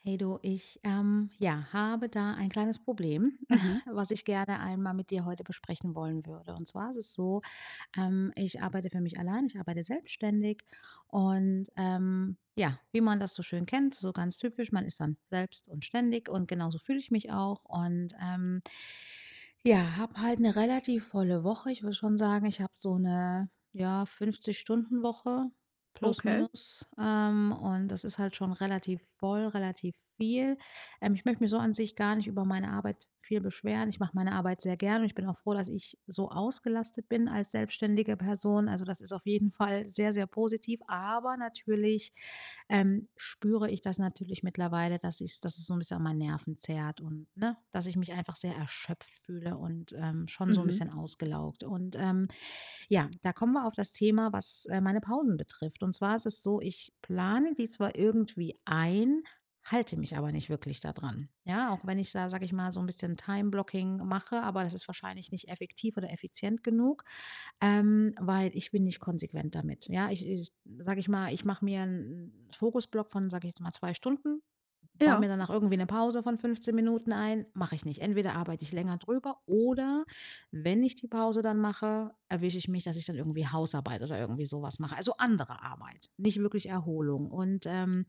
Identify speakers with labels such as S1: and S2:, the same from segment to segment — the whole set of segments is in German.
S1: Hey du, ich ja, habe da ein kleines Problem,
S2: Mhm,
S1: was ich gerne einmal mit dir heute besprechen wollen würde. Und zwar ist es so, ich arbeite für mich allein, ich arbeite selbstständig. Und ja, wie man das so schön kennt, so ganz typisch, man ist dann selbst und ständig, und genauso fühle ich mich auch. Und ja, habe halt eine relativ volle Woche. Ich würde schon sagen, ich habe so eine, ja, 50 Stunden Woche plus
S2: okay.
S1: minus, und das ist halt schon relativ voll, relativ viel. Ich möchte mich so an sich gar nicht über meine Arbeit viel beschweren. Ich mache meine Arbeit sehr gerne und ich bin auch froh, dass ich so ausgelastet bin als selbstständige Person. Also das ist auf jeden Fall sehr, sehr positiv. Aber natürlich spüre ich das natürlich mittlerweile, dass es so ein bisschen an meinen Nerven zerrt, und ne, dass ich mich einfach sehr erschöpft fühle und schon so ein
S2: Mhm.
S1: bisschen ausgelaugt. Und ja, da kommen wir auf das Thema, was, meine Pausen betrifft. Und zwar ist es so, ich plane die zwar irgendwie ein, halte mich aber nicht wirklich daran. Ja, auch wenn ich da, sage ich mal, so ein bisschen Time-Blocking mache, aber das ist wahrscheinlich nicht effektiv oder effizient genug, weil ich bin nicht konsequent damit. Ja, ich sage ich mal, ich mache mir einen Fokusblock von, sage ich jetzt mal, 2 Stunden, baue
S2: Ja,
S1: mir danach irgendwie eine Pause von 15 Minuten ein, mache ich nicht. Entweder arbeite ich länger drüber, oder wenn ich die Pause dann mache, erwische ich mich, dass ich dann irgendwie Hausarbeit oder irgendwie sowas mache, also andere Arbeit, nicht wirklich Erholung. Und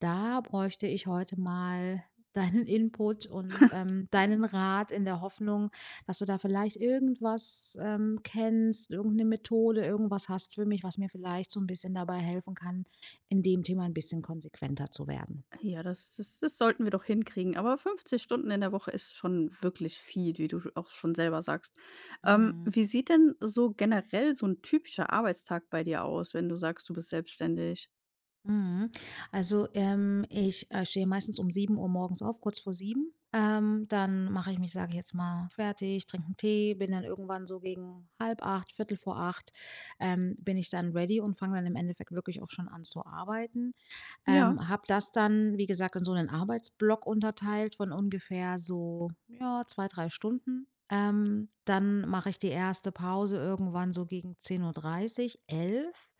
S1: da bräuchte ich heute mal deinen Input und, deinen Rat in der Hoffnung, dass du da vielleicht irgendwas, kennst, irgendeine Methode, irgendwas hast für mich, was mir vielleicht so ein bisschen dabei helfen kann, in dem Thema ein bisschen konsequenter zu werden.
S2: ja, das sollten wir doch hinkriegen. Aber 50 Stunden in der Woche ist schon wirklich viel, wie du auch schon selber sagst.
S1: Mhm.
S2: Wie sieht denn so generell so ein typischer Arbeitstag bei dir aus, wenn du sagst, du bist selbstständig?
S1: Mhm. Also, ich, stehe meistens um 7 Uhr morgens auf, kurz vor 7. Dann mache ich mich, sage ich jetzt mal, fertig, trinke einen Tee, bin dann irgendwann so gegen 7:30, 7:45. Bin ich dann ready und fange dann im Endeffekt wirklich auch schon an zu arbeiten.
S2: Ja,
S1: Habe das dann, wie gesagt, in so einen Arbeitsblock unterteilt von ungefähr so, ja, 2–3 Stunden. Dann mache ich die erste Pause irgendwann so gegen 10:30 Uhr, 11.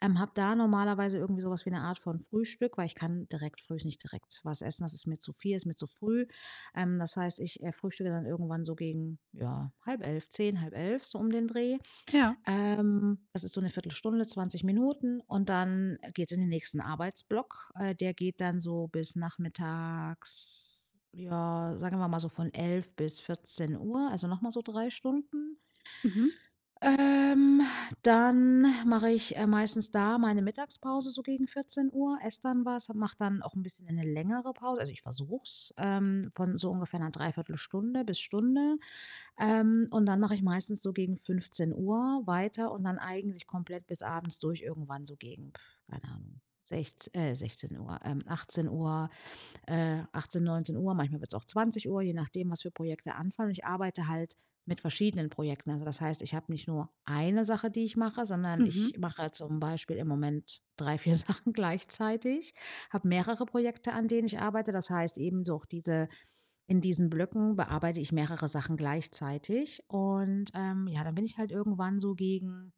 S1: Habe da normalerweise irgendwie so was wie eine Art von Frühstück, weil ich kann direkt frühs nicht direkt was essen. Das ist mir zu viel, ist mir zu früh. Das heißt, ich, frühstücke dann irgendwann so gegen, ja, halb elf, zehn, halb elf, so um den Dreh.
S2: ja.
S1: Das ist so eine Viertelstunde, 20 Minuten, und dann geht es in den nächsten Arbeitsblock. Der geht dann so bis nachmittags, ja, sagen wir mal so von 11 bis 14 Uhr, also nochmal so 3 Stunden.
S2: Mhm,
S1: Ähm, Dann mache ich, meistens da meine Mittagspause so gegen 14 Uhr, esse dann was, mache dann auch ein bisschen eine längere Pause. Also, ich versuch's von so ungefähr einer Dreiviertelstunde bis Stunde. Und dann mache ich meistens so gegen 15 Uhr weiter und dann eigentlich komplett bis abends durch irgendwann so gegen, keine Ahnung, sechz 16:00, 18:00, 18, 19 Uhr, manchmal wird es auch 20 Uhr, je nachdem, was für Projekte anfallen. Und ich arbeite halt mit verschiedenen Projekten. Also das heißt, ich habe nicht nur eine Sache, die ich mache, sondern
S2: mhm,
S1: ich mache zum Beispiel im Moment drei, vier Sachen gleichzeitig, habe mehrere Projekte, an denen ich arbeite. Das heißt eben so auch diese, in diesen Blöcken bearbeite ich mehrere Sachen gleichzeitig. Und, ja, dann bin ich halt irgendwann so gegen,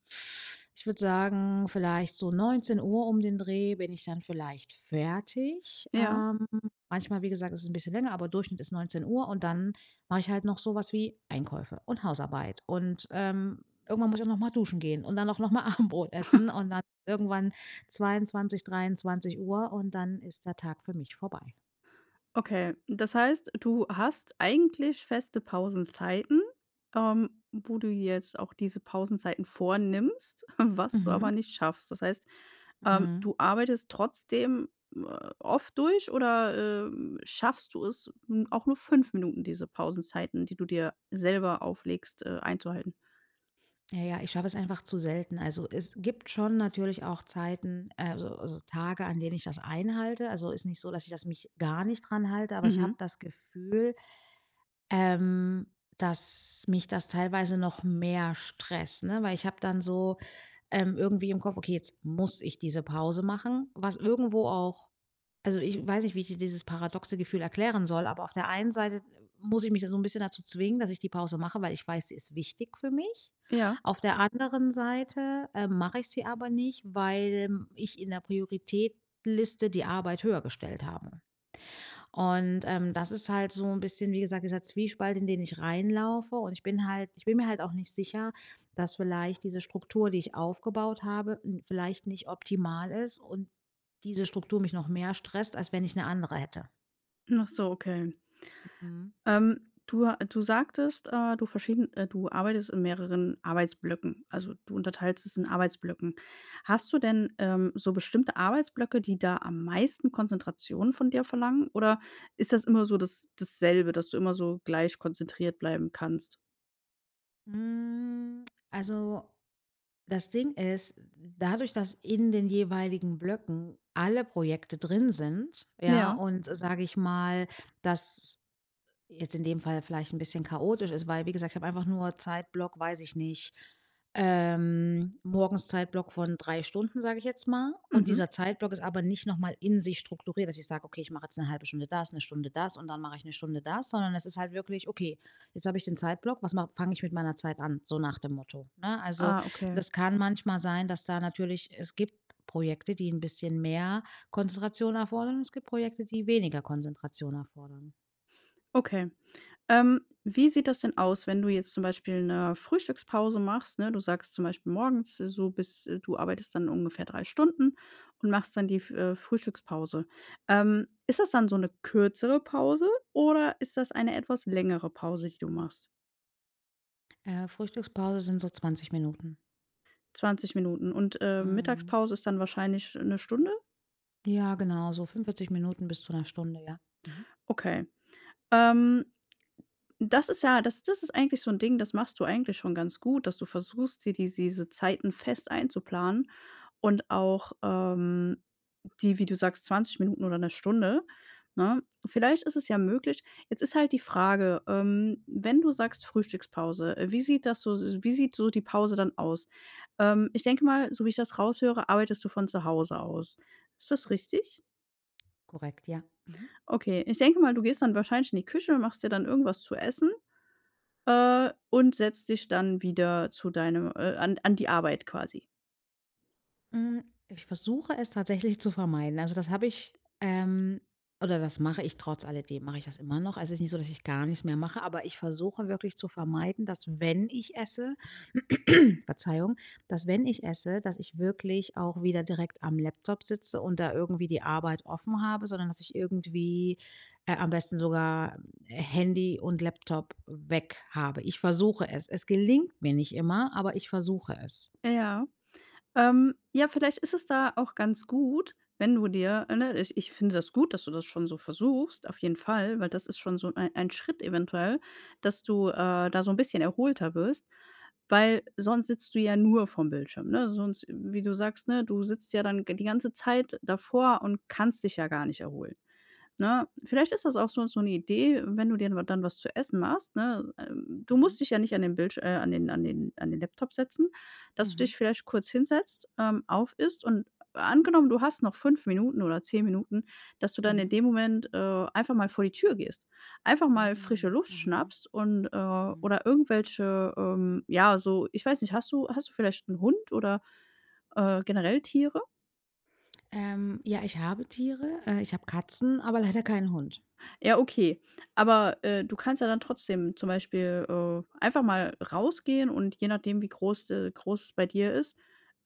S1: ich würde sagen, vielleicht so 19 Uhr um den Dreh, bin ich dann vielleicht fertig.
S2: ja.
S1: Manchmal, wie gesagt, ist es ein bisschen länger, aber Durchschnitt ist 19 Uhr, und dann mache ich halt noch sowas wie Einkäufe und Hausarbeit und, irgendwann muss ich auch noch mal duschen gehen und dann auch noch mal Abendbrot essen und dann irgendwann 22, 23 Uhr, und dann ist der Tag für mich vorbei.
S2: Okay, das heißt, du hast eigentlich feste Pausenzeiten, wo du jetzt auch diese Pausenzeiten vornimmst, was du aber
S1: Mhm,
S2: nicht schaffst. Das heißt,
S1: mhm.
S2: du arbeitest trotzdem äh, oft durch oder, schaffst du es, auch nur 5 Minuten diese Pausenzeiten, die du dir selber auflegst, einzuhalten?
S1: Ja, ja, ich schaffe es einfach zu selten. Also, es gibt schon natürlich auch Zeiten, also Tage, an denen ich das einhalte. Also, ist nicht so, dass ich das mich gar nicht dran halte, aber ich
S2: Mhm.
S1: habe das Gefühl, dass mich das teilweise noch mehr stresst, ne? Weil ich habe dann so, irgendwie im Kopf: „Okay, jetzt muss ich diese Pause machen“, was irgendwo auch, also ich weiß nicht, wie ich dir dieses paradoxe Gefühl erklären soll, aber auf der einen Seite muss ich mich so ein bisschen dazu zwingen, dass ich die Pause mache, weil ich weiß, sie ist wichtig für mich.
S2: Ja.
S1: Auf der anderen Seite, mache ich sie aber nicht, weil ich in der Prioritätliste die Arbeit höher gestellt habe. Und, das ist halt so ein bisschen, wie gesagt, dieser Zwiespalt, in den ich reinlaufe, und ich bin mir halt auch nicht sicher, dass vielleicht diese Struktur, die ich aufgebaut habe, n vielleicht nicht optimal ist, und diese Struktur mich noch mehr stresst, als wenn ich eine andere hätte.
S2: Ach so, okay.
S1: Mhm.
S2: Du sagtest, du arbeitest in mehreren Arbeitsblöcken. Also, du unterteilst es in Arbeitsblöcken. Hast du denn, so bestimmte Arbeitsblöcke, die da am meisten Konzentration von dir verlangen? Oder ist das immer so dasselbe, dass du immer so gleich konzentriert bleiben kannst?
S1: Hm, also, das Ding ist, dadurch, dass in den jeweiligen Blöcken alle Projekte drin sind, ja,
S2: Ja.
S1: und, sage ich mal, dass jetzt in dem Fall vielleicht ein bisschen chaotisch ist, weil, wie gesagt, ich habe einfach nur Zeitblock, weiß ich nicht, morgens Zeitblock von 3 Stunden, sage ich jetzt mal. Und
S2: Mhm.
S1: dieser Zeitblock ist aber nicht nochmal in sich strukturiert, dass ich sage: „Okay, ich mache jetzt eine halbe Stunde das, eine Stunde das und dann mache ich eine Stunde das“, sondern es ist halt wirklich: „Okay, jetzt habe ich den Zeitblock, was ma fange ich mit meiner Zeit an?“ So nach dem Motto, ne? Also,
S2: Ah, okay.
S1: das kann manchmal sein, dass da natürlich es gibt Projekte, die ein bisschen mehr Konzentration erfordern, und es gibt Projekte, die weniger Konzentration erfordern.
S2: Okay. Wie sieht das denn aus, wenn du jetzt zum Beispiel 'ne Frühstückspause machst, ne? Du sagst zum Beispiel morgens so bis du arbeitest dann ungefähr 3 Stunden und machst dann die F Frühstückspause. Ist das dann so 'ne kürzere Pause oder ist das eine etwas längere Pause, die du machst?
S1: Frühstückspause sind so 20 Minuten.
S2: 20 Minuten und,
S1: Mhm.
S2: Mittagspause ist dann wahrscheinlich 'ne Stunde?
S1: Ja, genau, so 45 Minuten bis zu einer Stunde, ja. Mhm.
S2: Okay. Ähm, das ist ja das das ist eigentlich so ein Ding, das machst du eigentlich schon ganz gut, dass du versuchst, dir diese Zeiten fest einzuplanen und auch, die, wie du sagst, 20 Minuten oder eine Stunde, ne? Vielleicht ist es ja möglich, jetzt ist halt die Frage, wenn du sagst Frühstückspause, wie sieht so die Pause dann aus? Ich denke mal, so wie ich das raushöre, arbeitest du von zu Hause aus. Ist das richtig?
S1: Korrekt, ja. Mhm.
S2: Okay, ich denke mal, du gehst dann wahrscheinlich in die Küche, machst dir dann irgendwas zu essen, und setzt dich dann wieder zu deinem an an die Arbeit quasi.
S1: Hm, ich versuche es tatsächlich zu vermeiden. Also, das habe ich, ähm oder das mache ich, trotz alledem mache ich das immer noch. Also, es ist nicht so, dass ich gar nichts mehr mache, aber ich versuche wirklich zu vermeiden, dass, wenn ich esse, Verzeihung, dass wenn ich esse, dass ich wirklich auch wieder direkt am Laptop sitze und da irgendwie die Arbeit offen habe, sondern dass ich irgendwie am besten sogar Handy und Laptop weg habe. Ich versuche es. Es gelingt mir nicht immer, aber ich versuche es.
S2: Ja. Ja, vielleicht ist es da auch ganz gut, wenn du dir ne, ich finde das gut, dass du das schon so versuchst, auf jeden Fall, weil das ist schon so ein Schritt eventuell, dass du, da so ein bisschen erholter wirst, weil sonst sitzt du ja nur vorm Bildschirm, ne? Sonst wie du sagst, ne, du sitzt ja dann die ganze Zeit davor und kannst dich ja gar nicht erholen. Ne? Vielleicht ist das auch so 'ne Idee, wenn du dir dann was zu essen machst, ne? Du
S1: Mhm.
S2: musst dich ja nicht an den Bildsch an den an den an den Laptop setzen, dass du
S1: Mhm.
S2: dich vielleicht kurz hinsetzt, aufisst und angenommen, du hast noch 5 Minuten oder 10 Minuten, dass du dann in
S1: Mhm.
S2: dem Moment, einfach mal vor die Tür gehst. Einfach mal frische
S1: Mhm.
S2: Luft
S1: Mhm.
S2: schnappst und,
S1: Mhm.
S2: oder irgendwelche, ja, so ich weiß nicht, hast du, vielleicht einen Hund oder, generell Tiere?
S1: Ja, ich habe Tiere, ich habe Katzen, aber leider keinen Hund.
S2: Ja, okay. Aber, du kannst ja dann trotzdem zum Beispiel, einfach mal rausgehen und je nachdem, wie groß es bei dir ist,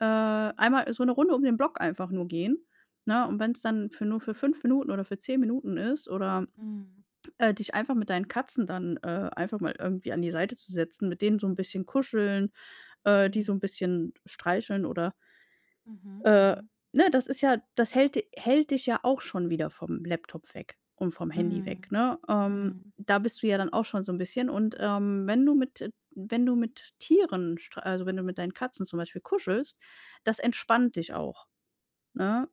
S2: einmal so eine Runde um den Block einfach nur gehen, ne? Und wenn es dann für nur für 5 Minuten oder für 10 Minuten ist oder,
S1: Mhm.
S2: dich einfach mit deinen Katzen dann, einfach mal irgendwie an die Seite zu setzen, mit denen so ein bisschen kuscheln, die so
S1: Mhm.
S2: ein bisschen streicheln oder
S1: Mhm.
S2: äh,
S1: Mhm.
S2: ne, das ist ja das hält dich ja auch schon wieder vom Laptop weg und vom Handy weg,
S1: Mhm.
S2: ne?
S1: Mhm.
S2: Da bist du ja dann auch schon so ein bisschen und, wenn du mit Tieren stre also, wenn du mit deinen Katzen zum Beispiel kuschelst, das entspannt dich auch, ne?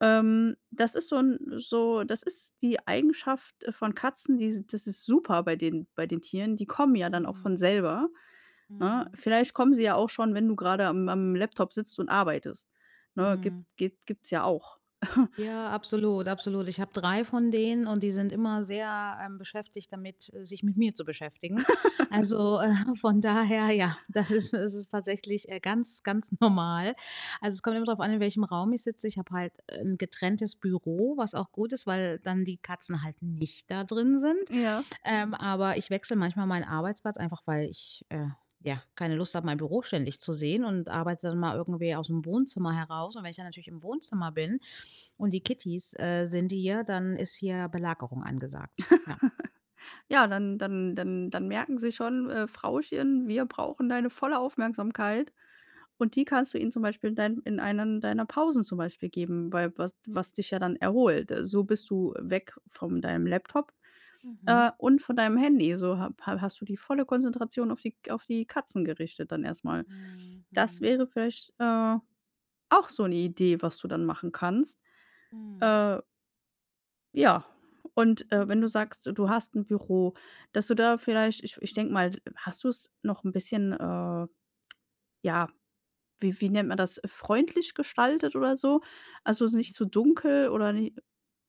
S2: Das ist so 'n so das ist die Eigenschaft von Katzen, die das ist super bei den Tieren, die kommen ja dann auch von
S1: Mhm.
S2: selber. Ne?
S1: Mhm.
S2: Vielleicht kommen sie ja auch schon, wenn du gerade am Laptop sitzt und arbeitest. Ne, gibt
S1: Mhm.
S2: gibt, gibt's ja auch.
S1: Ja, absolut, absolut. Ich habe 3 von denen und die sind immer sehr, beschäftigt damit, sich mit mir zu beschäftigen. Also, von daher, ja, das ist, es ist tatsächlich, ganz, ganz normal. Also, es kommt immer darauf an, in welchem Raum ich sitze. Ich habe halt ein getrenntes Büro, was auch gut ist, weil dann die Katzen halt nicht da drin sind.
S2: Ja.
S1: Aber ich wechsle manchmal meinen Arbeitsplatz, einfach weil ich, ja, keine Lust habe, mein Büro ständig zu sehen, und arbeite dann mal irgendwie aus dem Wohnzimmer heraus. Und wenn ich dann natürlich im Wohnzimmer bin, und die Kittys, sind hier, dann ist hier Belagerung angesagt, ja.
S2: Ja, dann merken sie schon: Frauchen, wir brauchen deine volle Aufmerksamkeit.“ Und die kannst du ihnen zum Beispiel in einen deiner Pausen zum Beispiel geben, weil was dich ja dann erholt. So bist du weg von deinem Laptop,
S1: Mhm.
S2: und von deinem Handy. So ha ha hast du die volle Konzentration auf die Katzen gerichtet dann erstmal. Das
S1: Mhm.
S2: wäre vielleicht, auch so 'ne Idee, was du dann machen kannst.
S1: Mhm.
S2: Äh, ja, und, wenn du
S1: Ja, so.
S2: sagst, du hast 'n Büro, dass du da vielleicht, ich denke mal, hast du's noch 'n bisschen, ja, wie nennt man das, freundlich gestaltet oder so? Also, nicht zu
S1: Mhm.
S2: dunkel oder ni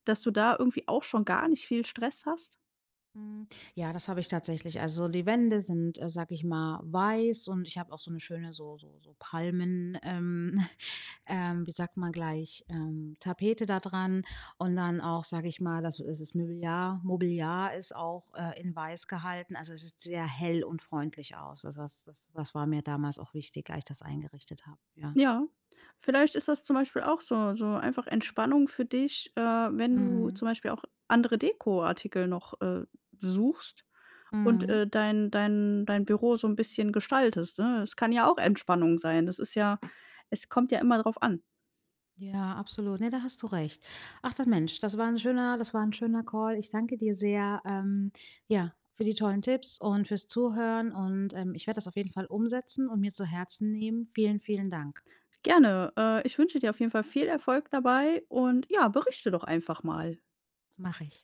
S2: dass du da irgendwie auch schon gar nicht viel Stress hast?
S1: Hm, ja, das habe ich tatsächlich. Also, die Wände sind, sage ich mal, weiß, und ich habe auch so eine schöne so Palmen wie sagt man gleich, Tapete da dran. Und dann auch, sag ich mal, das es ist Mobiliar ist auch, in Weiß gehalten. Also, es sieht sehr hell und freundlich aus. Also, das war mir damals auch wichtig, als ich das eingerichtet habe, ja.
S2: Ja, vielleicht ist das zum Beispiel auch so einfach Entspannung für dich, wenn du
S1: Mhm.
S2: zum Beispiel auch andere Dekoartikel noch, suchst. Und,
S1: Mhm.
S2: äh, dein dein Büro so ein bisschen gestaltest, ne? Es kann ja auch Entspannung sein. Das ist ja, es kommt ja immer drauf an.
S1: Ja, absolut. Ne, da hast du recht. Ach, das Mensch, das war ein schöner Call. Ich danke dir sehr, ja, für die tollen Tipps und fürs Zuhören. Und, ich werde das auf jeden Fall umsetzen und mir zu Herzen nehmen. Vielen, vielen Dank.
S2: Gerne. Ich wünsche dir auf jeden Fall viel Erfolg dabei und ja, berichte doch einfach mal.
S1: Mache ich.